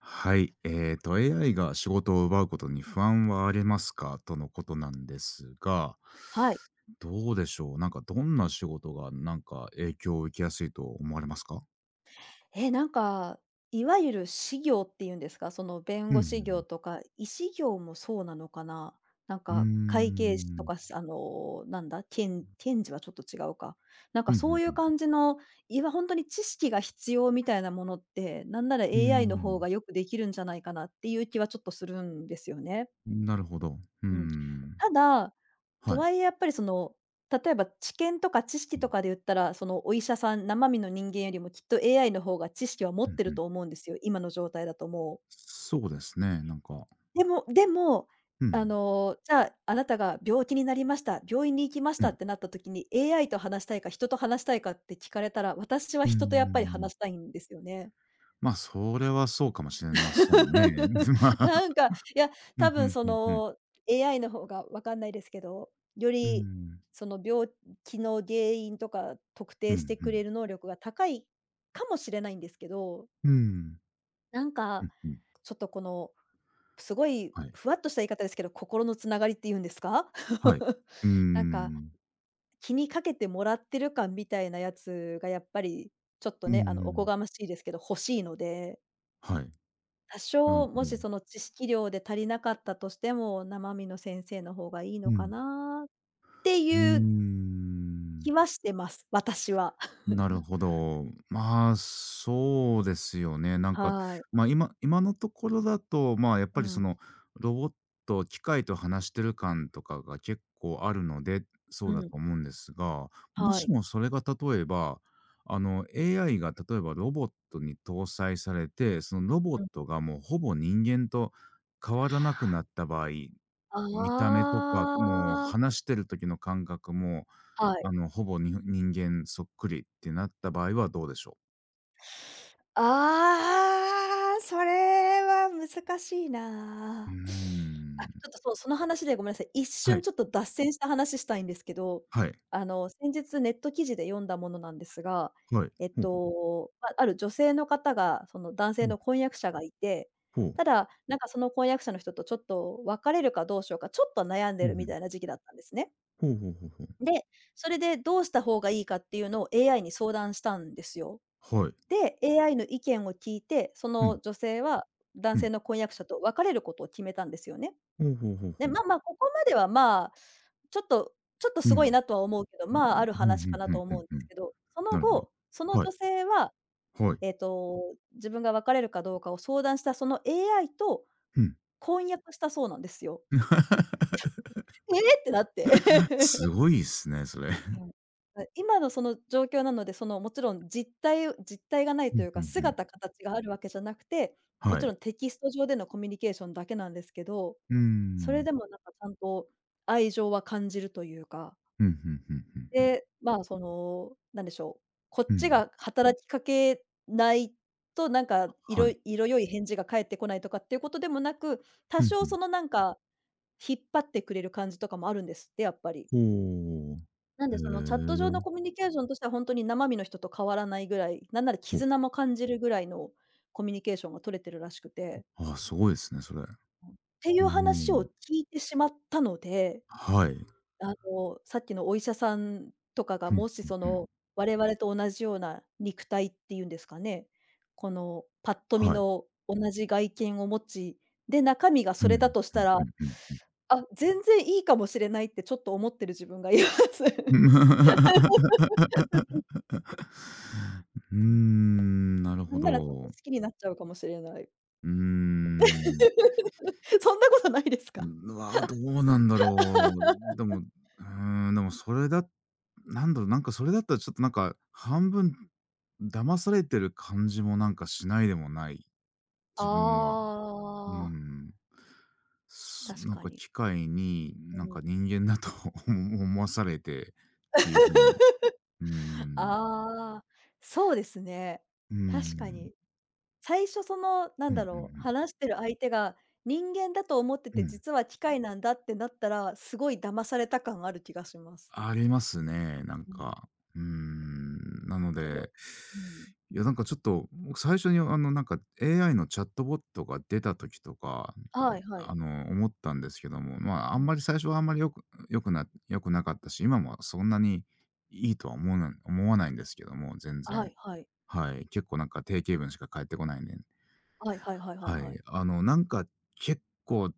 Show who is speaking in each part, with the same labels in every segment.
Speaker 1: はい。AI が仕事を奪うことに不安はありますかとのことなんですが、
Speaker 2: はい。
Speaker 1: どうでしょう、なんか、どんな仕事が、なんか、影響を受けやすいと思われますか？
Speaker 2: えー、なんか、いわゆる私業っていうんですか、その弁
Speaker 1: うんう
Speaker 2: 護
Speaker 1: んう
Speaker 2: 士業
Speaker 1: ん。
Speaker 2: とか、医師業もそうなのかな。なん
Speaker 1: うー
Speaker 2: か会計士と
Speaker 1: ん。
Speaker 2: か、あの、なんだ、検検事はちょっと違うか。なん
Speaker 1: う
Speaker 2: か
Speaker 1: ん
Speaker 2: そうい
Speaker 1: うんう
Speaker 2: う
Speaker 1: ん。
Speaker 2: 感じの、いわ本当に知識が必要みたいなものって、なんなら
Speaker 1: うー
Speaker 2: AI の方
Speaker 1: ん。
Speaker 2: がよくできるんじゃないかなっていう気はちょっとするんですよね。
Speaker 1: なるほど。うー
Speaker 2: うん。
Speaker 1: ん。
Speaker 2: ただ
Speaker 1: は
Speaker 2: とは
Speaker 1: い。
Speaker 2: いえやっぱりその、例えば知見とか知識
Speaker 1: う
Speaker 2: と
Speaker 1: ん
Speaker 2: かで言ったら、そのお医者さん、生身の人間よりもきっと AI の方が知識は持
Speaker 1: う
Speaker 2: っ
Speaker 1: ん
Speaker 2: て
Speaker 1: う
Speaker 2: る
Speaker 1: ん。
Speaker 2: と思うんですよ、今の状態だともう。
Speaker 1: そうですね。なんか、
Speaker 2: でも、
Speaker 1: う
Speaker 2: あ
Speaker 1: ん。
Speaker 2: の、じゃあ、あなたが病気になりました、病院に行きまし
Speaker 1: う
Speaker 2: た
Speaker 1: ん。
Speaker 2: ってなった時に、AI と話したいか、人と話したいかって聞かれたら、私は
Speaker 1: うー
Speaker 2: 人とやっぱり
Speaker 1: ん。
Speaker 2: 話したいんですよね。
Speaker 1: まあ、それはそうかもしれませんね。ま あ、
Speaker 2: なんか、いや、
Speaker 1: う
Speaker 2: 多
Speaker 1: んう
Speaker 2: 分
Speaker 1: ん
Speaker 2: そ
Speaker 1: うんうん。
Speaker 2: の AI の方がわかんないですけど、よ
Speaker 1: うー
Speaker 2: り
Speaker 1: ん。
Speaker 2: その病気の原因とか特
Speaker 1: うん
Speaker 2: 定
Speaker 1: う
Speaker 2: してく
Speaker 1: ん。
Speaker 2: れる能力が高いかもしれないんですけど、
Speaker 1: うーん。
Speaker 2: なん
Speaker 1: う
Speaker 2: か、
Speaker 1: んうん、
Speaker 2: ちょっとこの、すごい
Speaker 1: はい。
Speaker 2: ふわっとした言い方ですけど、心のつながりっていうんですか
Speaker 1: はい。うー
Speaker 2: なんか、
Speaker 1: ん。
Speaker 2: 気にかけてもらってる感みたいなやつがやっぱり、ちょっと
Speaker 1: うん
Speaker 2: ね、あの、おこが
Speaker 1: ん。
Speaker 2: ましいですけど欲しいので
Speaker 1: はい。
Speaker 2: 多
Speaker 1: なるほ
Speaker 2: 少、も
Speaker 1: ど。
Speaker 2: しその知識量で足りなかったとしても、生身の先生の方がいいの
Speaker 1: う
Speaker 2: か
Speaker 1: ん。
Speaker 2: なって
Speaker 1: うー
Speaker 2: いう
Speaker 1: ん。
Speaker 2: 気はしてます、私は。
Speaker 1: なる ほど。まあ、そうですよね。なんか、
Speaker 2: はい。
Speaker 1: まあ、今のところだと、まあ、やっぱ
Speaker 2: う
Speaker 1: りそ
Speaker 2: ん、
Speaker 1: の、ロボット、機械と話してる感とかが結構あるので、そ
Speaker 2: う
Speaker 1: うだ
Speaker 2: ん、
Speaker 1: と思うんですが、も
Speaker 2: は
Speaker 1: し
Speaker 2: い。
Speaker 1: もそれが例えば、あの、AI が例えばロボットに搭載されて、そのロボッ
Speaker 2: うん。
Speaker 1: トがもうほぼ人間と変わらなくなった場合、
Speaker 2: あ
Speaker 1: 見た目とか、もう
Speaker 2: あ、
Speaker 1: 話してる時の感覚も、
Speaker 2: はい。
Speaker 1: あの、ほぼに人間そっくりってなった場合はどうでしょ
Speaker 2: ああ、それは難しい
Speaker 1: う？うー
Speaker 2: な。あ、ち
Speaker 1: ん。
Speaker 2: ょっと、そう、その話でごめんなさい。一
Speaker 1: は
Speaker 2: 瞬
Speaker 1: い。
Speaker 2: ちょっと脱線した話したいんですけど、
Speaker 1: はい。
Speaker 2: あの、先日ネット記事で読んだものなんですが、
Speaker 1: はい。ほうほう。
Speaker 2: ま、ある女性の方が、その男
Speaker 1: う
Speaker 2: 性
Speaker 1: ん。
Speaker 2: の婚約者がいて、
Speaker 1: ほう。
Speaker 2: ただ、なんかその婚約者の人とちょっと別れるかどうしようか、ちょっと悩ん
Speaker 1: う
Speaker 2: でるみ
Speaker 1: ん、
Speaker 2: たいな時期だったんですね。
Speaker 1: ほうほうほうほう。
Speaker 2: で、それでどうした方がいいかっていうのを AI に相談したんですよ。
Speaker 1: はい。
Speaker 2: で、AI の意見を聞いて、そ
Speaker 1: うん、
Speaker 2: の女性は
Speaker 1: う
Speaker 2: 男
Speaker 1: ん。
Speaker 2: 性の婚約者と別れることを決めたんですよね。
Speaker 1: ほうほうほう
Speaker 2: で、
Speaker 1: ほう。
Speaker 2: まあまあ、ここまではまあ、ちょっとちょっと
Speaker 1: う
Speaker 2: すごい
Speaker 1: ん。
Speaker 2: なとは思うけど、
Speaker 1: う
Speaker 2: まあ、あ
Speaker 1: ん、
Speaker 2: る
Speaker 1: うんうん
Speaker 2: 話かな
Speaker 1: う
Speaker 2: と
Speaker 1: んう
Speaker 2: 思う
Speaker 1: ん
Speaker 2: んで
Speaker 1: う
Speaker 2: す
Speaker 1: ん。
Speaker 2: けど、その
Speaker 1: なるほど。
Speaker 2: 後、その
Speaker 1: はい。
Speaker 2: 女性は、
Speaker 1: はい。
Speaker 2: えっと、自分が別れるかどうかを相談したその AI と
Speaker 1: うん。
Speaker 2: 婚約したそうなんですよ。ええってなって。
Speaker 1: すごいっすね、それ。
Speaker 2: うん。あ、今のその状況なので、そのもちろん実体がない
Speaker 1: う
Speaker 2: と
Speaker 1: ん、
Speaker 2: いう
Speaker 1: うん
Speaker 2: か、
Speaker 1: うん。
Speaker 2: 姿形があるわけじゃなくて、も
Speaker 1: は
Speaker 2: ち
Speaker 1: い。
Speaker 2: ろんテキスト上でのコミュニケーションだけなんですけど、
Speaker 1: うー
Speaker 2: それ
Speaker 1: ん。
Speaker 2: でもなんかちゃんと愛情は感じるというか、
Speaker 1: うんうんうんうんうん。
Speaker 2: で、まあ、その、なんでしょう、こ
Speaker 1: う
Speaker 2: っち
Speaker 1: ん。
Speaker 2: が働きかけないと、なんか
Speaker 1: は
Speaker 2: 色
Speaker 1: い。
Speaker 2: 色良い返事が返ってこないとかっていうことでもなく、多
Speaker 1: うんう
Speaker 2: 少
Speaker 1: ん。
Speaker 2: そのなんか、引っ張ってくれる感じとかもあるんですって、やっぱり。
Speaker 1: ほう。
Speaker 2: なんで、そのチャット上
Speaker 1: へ
Speaker 2: の
Speaker 1: え。
Speaker 2: コミュニケーションとしてはほんとに生身の人と変わらないぐらい、なんなら
Speaker 1: お、
Speaker 2: 絆も感じるぐらいのコミュニケーションが取れてるらしくて。
Speaker 1: あ、すごいですね、それ。う
Speaker 2: ってい
Speaker 1: ー
Speaker 2: う話を
Speaker 1: ん。
Speaker 2: 聞いてしまったので、
Speaker 1: はい。
Speaker 2: あの、さっきのお医者さんとかが
Speaker 1: ふん
Speaker 2: もし
Speaker 1: ふん
Speaker 2: そ
Speaker 1: ふん。
Speaker 2: の、我々と同じような肉体っていうんですかね、このぱっと見
Speaker 1: はい。
Speaker 2: の同じ外見を持ち、で、中身が
Speaker 1: ふ
Speaker 2: そ
Speaker 1: ん
Speaker 2: れだとし
Speaker 1: ふ
Speaker 2: た
Speaker 1: んふ
Speaker 2: ら、
Speaker 1: んふんふん。
Speaker 2: あ、全然いいかもしれないってちょっと思ってる自分がいます。
Speaker 1: うーん、なる
Speaker 2: な
Speaker 1: ほ
Speaker 2: んならちょっと好
Speaker 1: ど。
Speaker 2: きになっちゃうかもしれない。
Speaker 1: うーん。
Speaker 2: そんなことないですか？
Speaker 1: うわ、どうなんだろう。でも、うーん、でもそれだなんだろう、なんかそれだったらちょっとなんか、半分騙されてる感じもなんかしないでもない、自分は。う
Speaker 2: ああ、
Speaker 1: ん。
Speaker 2: 確
Speaker 1: なん
Speaker 2: か
Speaker 1: か
Speaker 2: に。
Speaker 1: 機械に、な
Speaker 2: う
Speaker 1: ん
Speaker 2: ん。
Speaker 1: か人間だと 思わされてっていう風に、うん、
Speaker 2: ああ、そうですね。
Speaker 1: う
Speaker 2: 確か
Speaker 1: ん、
Speaker 2: に。最初その、な
Speaker 1: う
Speaker 2: ん
Speaker 1: んうん
Speaker 2: だ
Speaker 1: う
Speaker 2: ろう、
Speaker 1: ん、
Speaker 2: 話してる相手が人間だと思って
Speaker 1: う
Speaker 2: て、
Speaker 1: ん。
Speaker 2: 実は機械なんだってなったら、すごい騙された感ある気がします。
Speaker 1: ありますね、なん
Speaker 2: うん。
Speaker 1: か。うーん、なの
Speaker 2: どう
Speaker 1: で、
Speaker 2: うん。
Speaker 1: いや、なんかちょっと、僕最初に、あの、なんか AI のチャットボットが出た時とか、
Speaker 2: はいはい。
Speaker 1: あの、思ったんですけども、まあ、あ
Speaker 2: う
Speaker 1: ん
Speaker 2: ん。
Speaker 1: まり最初はあんまりよくなかったし、今もそんなにいいとは思わないんですけども、全
Speaker 2: は
Speaker 1: 然。
Speaker 2: いはい。
Speaker 1: はい。結構なんか定型文しか返ってこないんで。
Speaker 2: はいはいはいはい
Speaker 1: は
Speaker 2: は
Speaker 1: い。
Speaker 2: い。
Speaker 1: あの、なんか結構、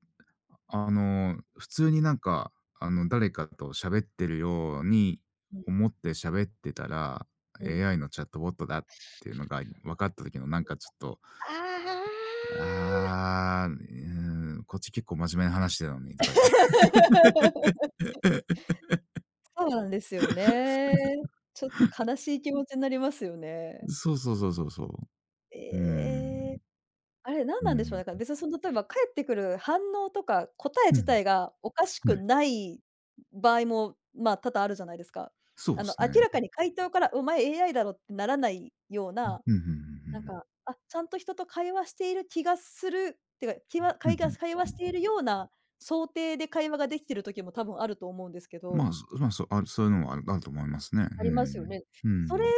Speaker 1: あの、普通になんか、あの、誰かと喋ってるように
Speaker 2: うん。
Speaker 1: 思って喋ってたら、
Speaker 2: うん。
Speaker 1: AI のチャットボットだっていうのが分かった時のなんかちょっと、
Speaker 2: あ
Speaker 1: ああ、うーん、こっち結構真面目な話してたのにとか言って。
Speaker 2: あ。そうなんですよね。ちょっと悲しい気持ちになりますよ ね。
Speaker 1: そうそうそうそうそう。うー
Speaker 2: ええ。
Speaker 1: ん。
Speaker 2: あれ、
Speaker 1: う
Speaker 2: 何なんでしょうね。
Speaker 1: ん。
Speaker 2: だから別にその例えば返ってくる反応とか、答え
Speaker 1: う
Speaker 2: 自
Speaker 1: ん。
Speaker 2: 体がおかしく
Speaker 1: はい。
Speaker 2: ない場合も、まあ、多々あるじゃないですか。
Speaker 1: そう
Speaker 2: あ
Speaker 1: で
Speaker 2: の、
Speaker 1: す
Speaker 2: 明
Speaker 1: ね。
Speaker 2: らかに回答から、「お前 AI だろ」ってならないよう
Speaker 1: うん
Speaker 2: な、
Speaker 1: うんう
Speaker 2: なん
Speaker 1: ん
Speaker 2: か、あ、ちゃんと人と会話している気がするっていうか、きわ
Speaker 1: う
Speaker 2: 会
Speaker 1: ん。
Speaker 2: 話会話
Speaker 1: う
Speaker 2: し
Speaker 1: ん
Speaker 2: て
Speaker 1: う
Speaker 2: い
Speaker 1: ん。
Speaker 2: るような想定で会話ができてる時も多分あると思うんですけど
Speaker 1: まあ、そう、そういうのもあると思いますね。う
Speaker 2: ありますよ
Speaker 1: ん。
Speaker 2: ね。
Speaker 1: う
Speaker 2: それ
Speaker 1: ん。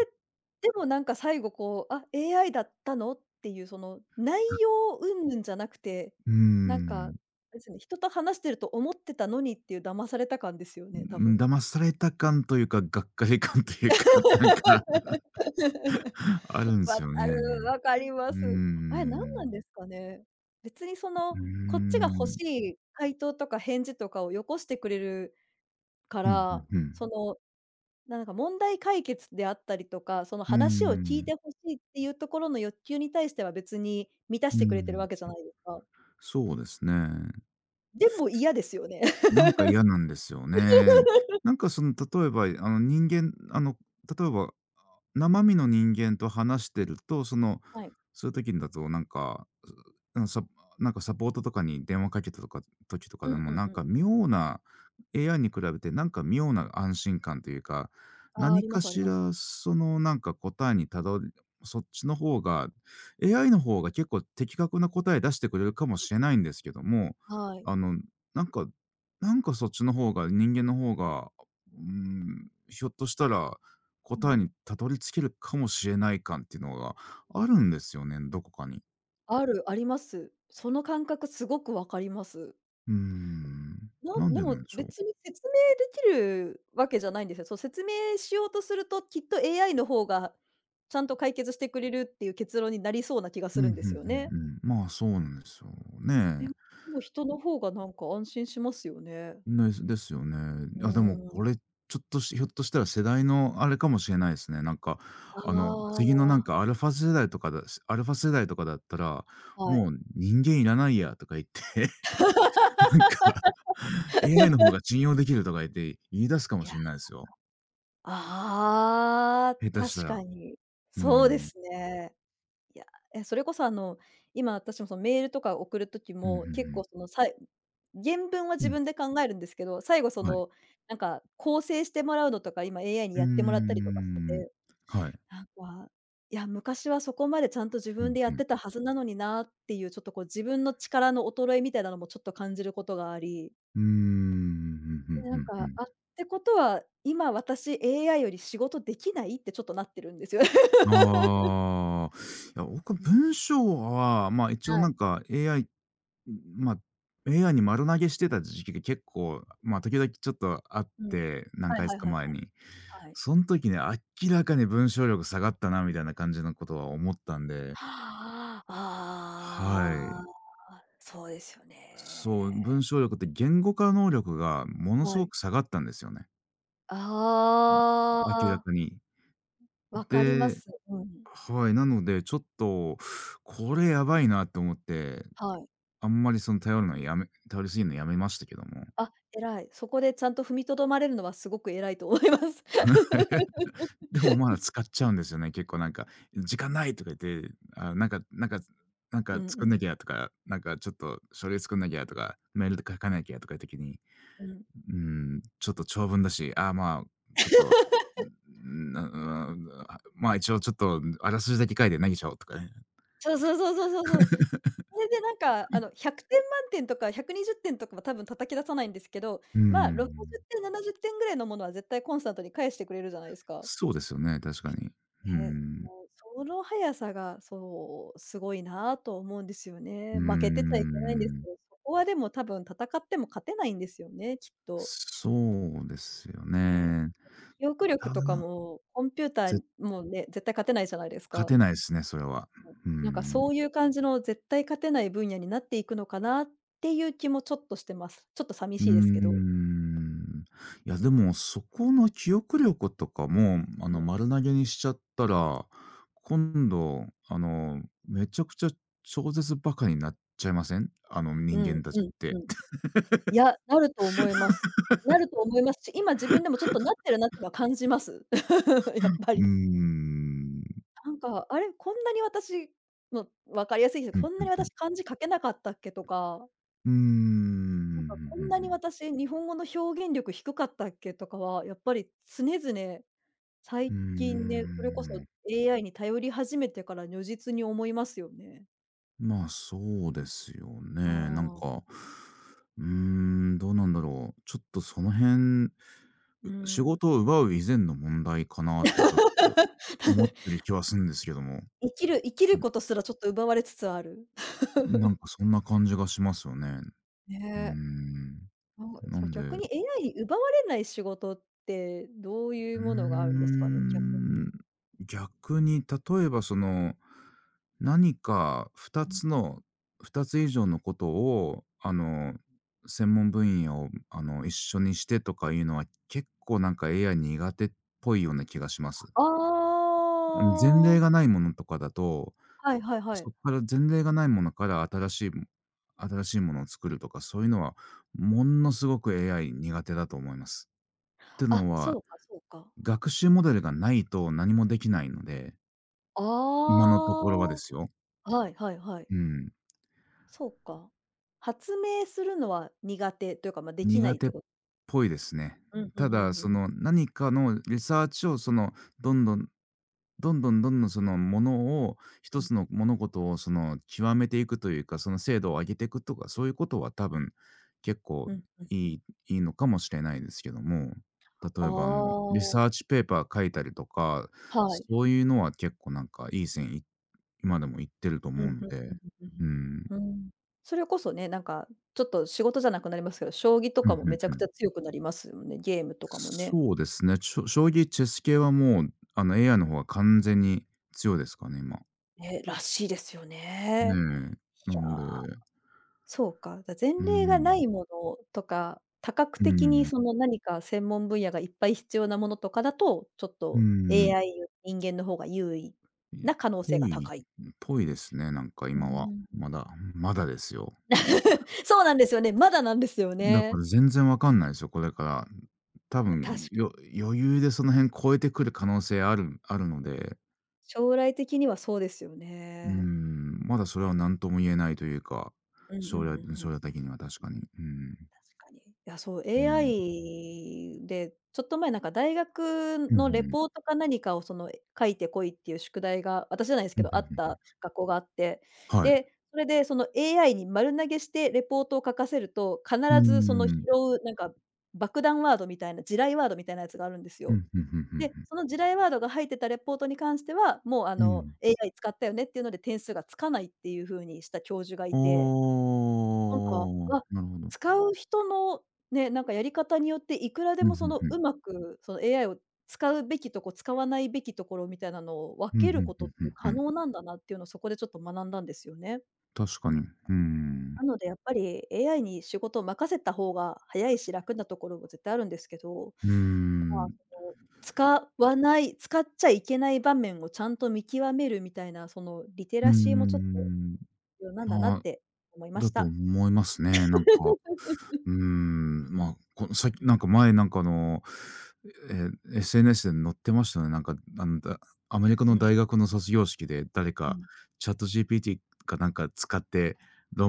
Speaker 2: でもなんか最後こう、あ、AI だったのっていうその内容云々じゃなくて、
Speaker 1: うー
Speaker 2: なんか、あ
Speaker 1: ん。
Speaker 2: れですよね、人と話してると思ってたのにっていう騙された感ですよね、多
Speaker 1: うん、
Speaker 2: 分。
Speaker 1: 騙された感というか、がっかり感というか、なんかあ るんで
Speaker 2: わ
Speaker 1: すよ
Speaker 2: かる、
Speaker 1: ね。
Speaker 2: わかり
Speaker 1: う
Speaker 2: ま
Speaker 1: ー
Speaker 2: す。あれ何なん
Speaker 1: ん。
Speaker 2: ですかね。別にそ
Speaker 1: う
Speaker 2: の、こっちが欲
Speaker 1: ー
Speaker 2: し
Speaker 1: ん。
Speaker 2: い回答とか返事とかをよこしてくれるか
Speaker 1: うんふん
Speaker 2: ら、
Speaker 1: ふん。
Speaker 2: そのなんか問題解決であったりとか、その
Speaker 1: うー
Speaker 2: 話を聞い
Speaker 1: ん。
Speaker 2: てほしいっていうところの欲求に対しては別に満た
Speaker 1: う
Speaker 2: し
Speaker 1: ー
Speaker 2: てくれてるわ
Speaker 1: ん。
Speaker 2: けじゃないですか。
Speaker 1: そうですね。
Speaker 2: でも嫌ですよね。
Speaker 1: なんか 嫌なんですよね。なんかその、例えば、あの、例えば生身の人間と話してると、その、
Speaker 2: はい。
Speaker 1: そういう時にだとなんか、ううん、なんかサポートとかに電話かけたとか時とか
Speaker 2: う
Speaker 1: で
Speaker 2: ん
Speaker 1: も、
Speaker 2: うん
Speaker 1: なん
Speaker 2: うん
Speaker 1: か
Speaker 2: うん。
Speaker 1: 妙な AI に比べてなんか妙な安心感というか、
Speaker 2: ああ、あ
Speaker 1: 何
Speaker 2: りま
Speaker 1: か
Speaker 2: すあり
Speaker 1: し
Speaker 2: ます。
Speaker 1: らそのなんか答えにたどりそっちの方が AI の方が結構的確な答え出してくれるかもしれないんですけども、
Speaker 2: はい。
Speaker 1: あの、なんかなんかそっちの方が、人間の方が、うーん、ひょっとしたら
Speaker 2: う
Speaker 1: 答え
Speaker 2: ん。
Speaker 1: にたどり着けるかもしれない感っていうのがあるんですよね、どこかに。
Speaker 2: ある、あります。その感覚すごくわかります。
Speaker 1: うーん。
Speaker 2: な
Speaker 1: なん
Speaker 2: で
Speaker 1: でな
Speaker 2: も
Speaker 1: んでしょう。
Speaker 2: 別に説明できるわけじゃないんですよ。そう、説明しようとすると、きっと AI の方がちゃんと解決してくれるっていう結論になりそうな気が
Speaker 1: う
Speaker 2: す
Speaker 1: ん、うんう
Speaker 2: るんで
Speaker 1: ん
Speaker 2: すよね。
Speaker 1: うん。まあ、そうなんですよね。
Speaker 2: でもでも人の方がなんか安心しますよね。
Speaker 1: ね、ですよね。
Speaker 2: う
Speaker 1: あ、でも
Speaker 2: ー
Speaker 1: こ
Speaker 2: ん。
Speaker 1: れ、ちょっとしひょっとしたら世代のあれかもしれないですね。なんか、あの、
Speaker 2: あ
Speaker 1: 次のなんかアルファ世代とかだったら、
Speaker 2: あ、はい。
Speaker 1: もう人間いらないやとか言って、なんか AI の方 が信用できるとか言って言い出すか
Speaker 2: い
Speaker 1: も
Speaker 2: や、
Speaker 1: しれないですよ。
Speaker 2: ああ、
Speaker 1: 下手した
Speaker 2: 確か
Speaker 1: ら。
Speaker 2: に。
Speaker 1: うー
Speaker 2: そうで
Speaker 1: ん。
Speaker 2: すね。いや、それこそあの、今私もそのメールとか送る時
Speaker 1: うんうんう
Speaker 2: も、結
Speaker 1: ん。
Speaker 2: 構そのさい原文は
Speaker 1: う
Speaker 2: 自
Speaker 1: ん、
Speaker 2: 分で考えるんですけど、最後そ
Speaker 1: はい。
Speaker 2: の、なんか、構成してもらうのとか今 AI に
Speaker 1: うー
Speaker 2: やってもらったりとかして
Speaker 1: ん。
Speaker 2: て
Speaker 1: はい。
Speaker 2: なんか、いや、昔はそこまでちゃんと自
Speaker 1: う
Speaker 2: 分
Speaker 1: ん
Speaker 2: でや
Speaker 1: う
Speaker 2: っ
Speaker 1: ん。
Speaker 2: てたはずなのになっていう、ちょっとこう自分の力の衰えみたいなのもちょっと感じることがあり、
Speaker 1: うーん、うんうん
Speaker 2: で、
Speaker 1: う
Speaker 2: なん
Speaker 1: んう
Speaker 2: か、
Speaker 1: ん。
Speaker 2: あ、ってことは、今私 AI より仕事できないってちょっとなってるんですよ。
Speaker 1: ああ、いや、僕
Speaker 2: うん、
Speaker 1: 文章は、まあ、一応
Speaker 2: は
Speaker 1: なん
Speaker 2: い。
Speaker 1: か AI、まあ、AI に丸投げしてた時期が結構、ま、時々ちょっとあっ
Speaker 2: うん。
Speaker 1: て、何
Speaker 2: はい
Speaker 1: ヶ
Speaker 2: は
Speaker 1: 月
Speaker 2: い
Speaker 1: か
Speaker 2: はいは
Speaker 1: 前に。
Speaker 2: いはい。
Speaker 1: その時ね、明らかに文章力下がったなみたいな感じのことは思ったんで、
Speaker 2: はあ
Speaker 1: はい。
Speaker 2: ああ、そうですよ
Speaker 1: そう、文
Speaker 2: ね。
Speaker 1: 章力って言語化能力がものす
Speaker 2: は
Speaker 1: ご
Speaker 2: い。
Speaker 1: く下がったんですよね。
Speaker 2: あ
Speaker 1: 明ら
Speaker 2: あ、
Speaker 1: かに。
Speaker 2: わかりま
Speaker 1: で、
Speaker 2: す。うん。
Speaker 1: はい、なのでちょっと、これやばいなと思って、
Speaker 2: はい。
Speaker 1: あんまりその頼りすぎるのやめましたけども。
Speaker 2: あ、偉い。そこでちゃんと踏みとどまれるのはすごく偉いと思います。
Speaker 1: でもまだ使っちゃうんですよね。結構なんか「時間ない」とか言って、あ、なんかなんかなん
Speaker 2: う
Speaker 1: か
Speaker 2: んう
Speaker 1: 作んな
Speaker 2: ん
Speaker 1: きゃとか、なんかちょっと書類作んなきゃとか、メールで書かなきゃとかいう時に、
Speaker 2: うん。
Speaker 1: うん、ちょっと長文だし、ああ、まあ、ちょっと、うん、うん、まあ、一応ちょっとあらすじだけ書いて投げちゃおうとかね。
Speaker 2: そうそうそうそうそうそう。それでなんか、あの、100点満点とか120点とかは多分叩き出さないんですけど、
Speaker 1: うー
Speaker 2: まあ、
Speaker 1: ん。
Speaker 2: 60点、70点ぐらいのものは絶対コンスタントに返してくれるじゃないですか。
Speaker 1: そうですよね、確かに。う
Speaker 2: ね、
Speaker 1: ん。
Speaker 2: もうその速さが、そう、すごいなと思うんですよ
Speaker 1: う
Speaker 2: ね。負けてち
Speaker 1: ー
Speaker 2: ゃいけないんです
Speaker 1: ん。
Speaker 2: けど、そこはでも多分戦っても勝てないんですよね、きっと。
Speaker 1: そうですよ
Speaker 2: ね。
Speaker 1: ね。
Speaker 2: 記憶力
Speaker 1: た
Speaker 2: とか
Speaker 1: だ、
Speaker 2: も、コンピュータ
Speaker 1: ぜ
Speaker 2: ーもね、絶対勝てないじゃないです
Speaker 1: 勝
Speaker 2: か。
Speaker 1: てないですね、それは。うー
Speaker 2: なんか
Speaker 1: ん。
Speaker 2: そういう感じの絶対勝てない分野になっていくのかなっていう気もちょっとしてます。ちょっと寂
Speaker 1: うー
Speaker 2: しいですけど。
Speaker 1: ん。いや、でも、そこの記憶力とかも、あ
Speaker 2: うん、
Speaker 1: の、丸投げにしちゃったら、今度、あの、めちゃくちゃ超絶バカになっちゃいません？あの、
Speaker 2: う
Speaker 1: 人
Speaker 2: ん、
Speaker 1: 間たち
Speaker 2: う
Speaker 1: って。
Speaker 2: ん、いや、なると思います。なると思いますし、今自分でもちょっとなってるなってのは感じます。やっぱ
Speaker 1: うー
Speaker 2: り。
Speaker 1: ん。
Speaker 2: なんか、あれ、こんなに私の分かりやすいけ
Speaker 1: う
Speaker 2: ど、
Speaker 1: ん
Speaker 2: こんなに
Speaker 1: うん。
Speaker 2: 私漢字書けなかったっけとか、
Speaker 1: うーん。
Speaker 2: なんかこんなに
Speaker 1: ん。
Speaker 2: 私日本語の表現力低かったっけとかは、やっぱり常々
Speaker 1: う
Speaker 2: 最
Speaker 1: ー
Speaker 2: 近ね、それこ
Speaker 1: ん。
Speaker 2: そ AI に頼り始めてから如実に思いますよね。
Speaker 1: まあ、そうですよ
Speaker 2: あ
Speaker 1: ね。なん
Speaker 2: あ。
Speaker 1: か、うーん、どうなんだろう。ちょっとその辺、
Speaker 2: う
Speaker 1: 仕
Speaker 2: ん。
Speaker 1: 事を奪う以前の問題かなとちょっと思ってる 気はするんですけども。
Speaker 2: 生きる生き
Speaker 1: う
Speaker 2: ることすらちょっと奪われつつある。
Speaker 1: ん、なんかそんな感じがしますよね。うー
Speaker 2: ね、
Speaker 1: ん。
Speaker 2: なんか、
Speaker 1: な
Speaker 2: そう。
Speaker 1: ん
Speaker 2: 逆
Speaker 1: で、
Speaker 2: に AI に奪われない仕事ってどうい
Speaker 1: う
Speaker 2: う
Speaker 1: ー
Speaker 2: ものがあるんですかね？逆
Speaker 1: ん、逆に例えばその、何か2
Speaker 2: に。う
Speaker 1: つ
Speaker 2: ん。
Speaker 1: の二つ以上のことを、あの、専門分野を、あの、一緒にしてとかいうのは、結構なんか AI 苦手っぽいような気がします。
Speaker 2: あ
Speaker 1: あの、前例が
Speaker 2: あ。
Speaker 1: ないものとかだと、
Speaker 2: はいはいは
Speaker 1: そ
Speaker 2: い。
Speaker 1: こから前例がないものから新しいものを作るとか、そういうのはものすごく AI 苦手だと思います。っての
Speaker 2: あ、
Speaker 1: は
Speaker 2: そうかそうか。
Speaker 1: 学習モデルがないと何もできないので、
Speaker 2: あ
Speaker 1: 今のと
Speaker 2: あ。
Speaker 1: ころはですよ。
Speaker 2: はいはいはい。
Speaker 1: うん。
Speaker 2: そうか。発明するのは苦手というか、ま、できな
Speaker 1: 苦
Speaker 2: いっ
Speaker 1: 手っ
Speaker 2: て、
Speaker 1: ぽいですね。
Speaker 2: うん、ふ
Speaker 1: た
Speaker 2: んふん
Speaker 1: だ、
Speaker 2: ふん
Speaker 1: そ
Speaker 2: ふん。
Speaker 1: の何かのリサーチをその、どんどん、どんどんどんどんそのものを、
Speaker 2: う
Speaker 1: 一
Speaker 2: ん、
Speaker 1: つの物事をその極めていくというか、その精度を上げていくとか、そういうことは多分結構、
Speaker 2: ふんふん
Speaker 1: い
Speaker 2: ふん。
Speaker 1: いいいのかもしれないですけども、例
Speaker 2: あ
Speaker 1: えばあのリサー
Speaker 2: あ、
Speaker 1: チペーパー書いたりとか、
Speaker 2: はい。
Speaker 1: そういうのは結構なんかいい線いっ今でも行ってると
Speaker 2: う
Speaker 1: 思う
Speaker 2: ん、
Speaker 1: の
Speaker 2: ふんふ
Speaker 1: で、
Speaker 2: んふん
Speaker 1: うん。
Speaker 2: ふんふん。うん。それこそね、なんか、ちょっと仕事じゃなくなりますけど、将棋と
Speaker 1: うんう
Speaker 2: か
Speaker 1: ん
Speaker 2: もめちゃ
Speaker 1: う
Speaker 2: くち
Speaker 1: ん。
Speaker 2: ゃ強くなりますよね、ゲームとかもね。
Speaker 1: そうですね、将棋、チェス系はもう、あの、AI の方が完全に強いですからね、今。
Speaker 2: ね、らしいですよ
Speaker 1: ね
Speaker 2: ね。い
Speaker 1: え。なんで、
Speaker 2: や、
Speaker 1: う
Speaker 2: そうか、前
Speaker 1: ー
Speaker 2: 例がな
Speaker 1: ん、
Speaker 2: いものとか、多角
Speaker 1: うー
Speaker 2: 的に
Speaker 1: ん、
Speaker 2: その何か専門分野がいっぱい必要なものとかだと、ちょっ
Speaker 1: う
Speaker 2: と
Speaker 1: ん、
Speaker 2: AI より人間の方が優位
Speaker 1: い
Speaker 2: な可能
Speaker 1: ぽ
Speaker 2: 性が
Speaker 1: い
Speaker 2: 高い。
Speaker 1: ぽいですね、なんか
Speaker 2: うー
Speaker 1: 今は。
Speaker 2: ん。
Speaker 1: まだまだですよ。
Speaker 2: そうなんですよね。まだなんですよ
Speaker 1: だか
Speaker 2: ね。
Speaker 1: ら全然わかんないですよ、これから。多分、
Speaker 2: 確か、
Speaker 1: 余裕でその辺超えてくる可能性あるので。
Speaker 2: 将来的にはそうですよ
Speaker 1: うー
Speaker 2: ね。
Speaker 1: ん、まだそれは何とも言えないというか、
Speaker 2: うんうんうんう
Speaker 1: 将
Speaker 2: ん。
Speaker 1: 来的には確かに。うん。
Speaker 2: 確かに。いや、そう、
Speaker 1: うん。
Speaker 2: AI で、ちょっと前なんか大学
Speaker 1: うんう
Speaker 2: のレ
Speaker 1: ん。
Speaker 2: ポートか何かをその、書いてこいっていう宿題が、私じゃないです
Speaker 1: う
Speaker 2: け
Speaker 1: ん、ん
Speaker 2: ど、
Speaker 1: う
Speaker 2: あっ
Speaker 1: ん。
Speaker 2: た学校があって、
Speaker 1: はい。
Speaker 2: で、それでその AI に丸投げしてレポートを書かせると、必
Speaker 1: うー
Speaker 2: ずその拾
Speaker 1: ん。
Speaker 2: うなんか爆弾ワードみたいな、地雷ワードみたいなやつがあるんです
Speaker 1: う
Speaker 2: よ。
Speaker 1: ん、ふんふんふん
Speaker 2: で、
Speaker 1: ふ
Speaker 2: その地雷ワードが入ってたレポートに関しては、もう
Speaker 1: ん。うん。
Speaker 2: AI 使ったよねっていうので点数がつかないっていう風にした教授がい
Speaker 1: あ
Speaker 2: て、
Speaker 1: あ、
Speaker 2: なんか、あ、
Speaker 1: なるほど。
Speaker 2: 使う人のね、なんかやり方によっていくらで
Speaker 1: うん、
Speaker 2: も
Speaker 1: ふ
Speaker 2: そ
Speaker 1: ん
Speaker 2: の
Speaker 1: ふん。
Speaker 2: うまくその AI を使うべきとこ、使わないべきところみたいなのを分
Speaker 1: うん、
Speaker 2: け
Speaker 1: ふ
Speaker 2: る
Speaker 1: ん
Speaker 2: こ
Speaker 1: ふ
Speaker 2: とっ
Speaker 1: んふん
Speaker 2: て
Speaker 1: ふ
Speaker 2: 可
Speaker 1: ん。
Speaker 2: 能なんだなっていうのをそこでちょっと学んだんですよね。
Speaker 1: 確かに。うん。
Speaker 2: なのでやっぱり AI に仕事を任せた方が早いし、楽なところも絶対あるんですけど、
Speaker 1: うー
Speaker 2: まあ、
Speaker 1: ん。
Speaker 2: その、使っちゃいけない場面をちゃんと見極めるみたいな、そのリテ
Speaker 1: うー
Speaker 2: ラシーもちょっと
Speaker 1: ん。
Speaker 2: 必要なんだなっ
Speaker 1: まあ、
Speaker 2: て思いま
Speaker 1: だ
Speaker 2: し
Speaker 1: と
Speaker 2: た。
Speaker 1: 思いますね。なんか、うーん、まあ、この
Speaker 2: う
Speaker 1: な
Speaker 2: ん、
Speaker 1: んか前なんかあの、え SNS で載ってましたね。なんか、あの、だアメリカ
Speaker 2: う
Speaker 1: の
Speaker 2: ん、
Speaker 1: 大学の卒業式で誰
Speaker 2: う
Speaker 1: か
Speaker 2: ん、
Speaker 1: ChatGPT かなんか使って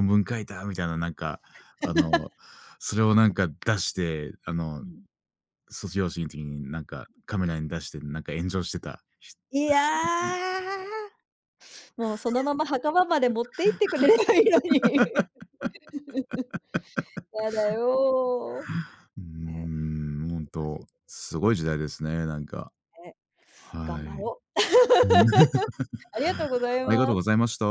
Speaker 2: うん、
Speaker 1: 文書いたみたいななんか、あの、それをなんか出して、あの、
Speaker 2: うん。
Speaker 1: 卒業式の時になんかカメラに出してなんか炎上してた、
Speaker 2: いや、もうそのまま墓場まで持って行ってくれればいいのに。やだよ。
Speaker 1: うー
Speaker 2: ね、
Speaker 1: ん、本
Speaker 2: 難し
Speaker 1: 当
Speaker 2: い
Speaker 1: すごい時代ですね、なんか。
Speaker 2: ね。
Speaker 1: は
Speaker 2: 頑張
Speaker 1: い。
Speaker 2: ろう。ありがとうござい
Speaker 1: ありがとう
Speaker 2: ま
Speaker 1: ござい
Speaker 2: す。
Speaker 1: ました。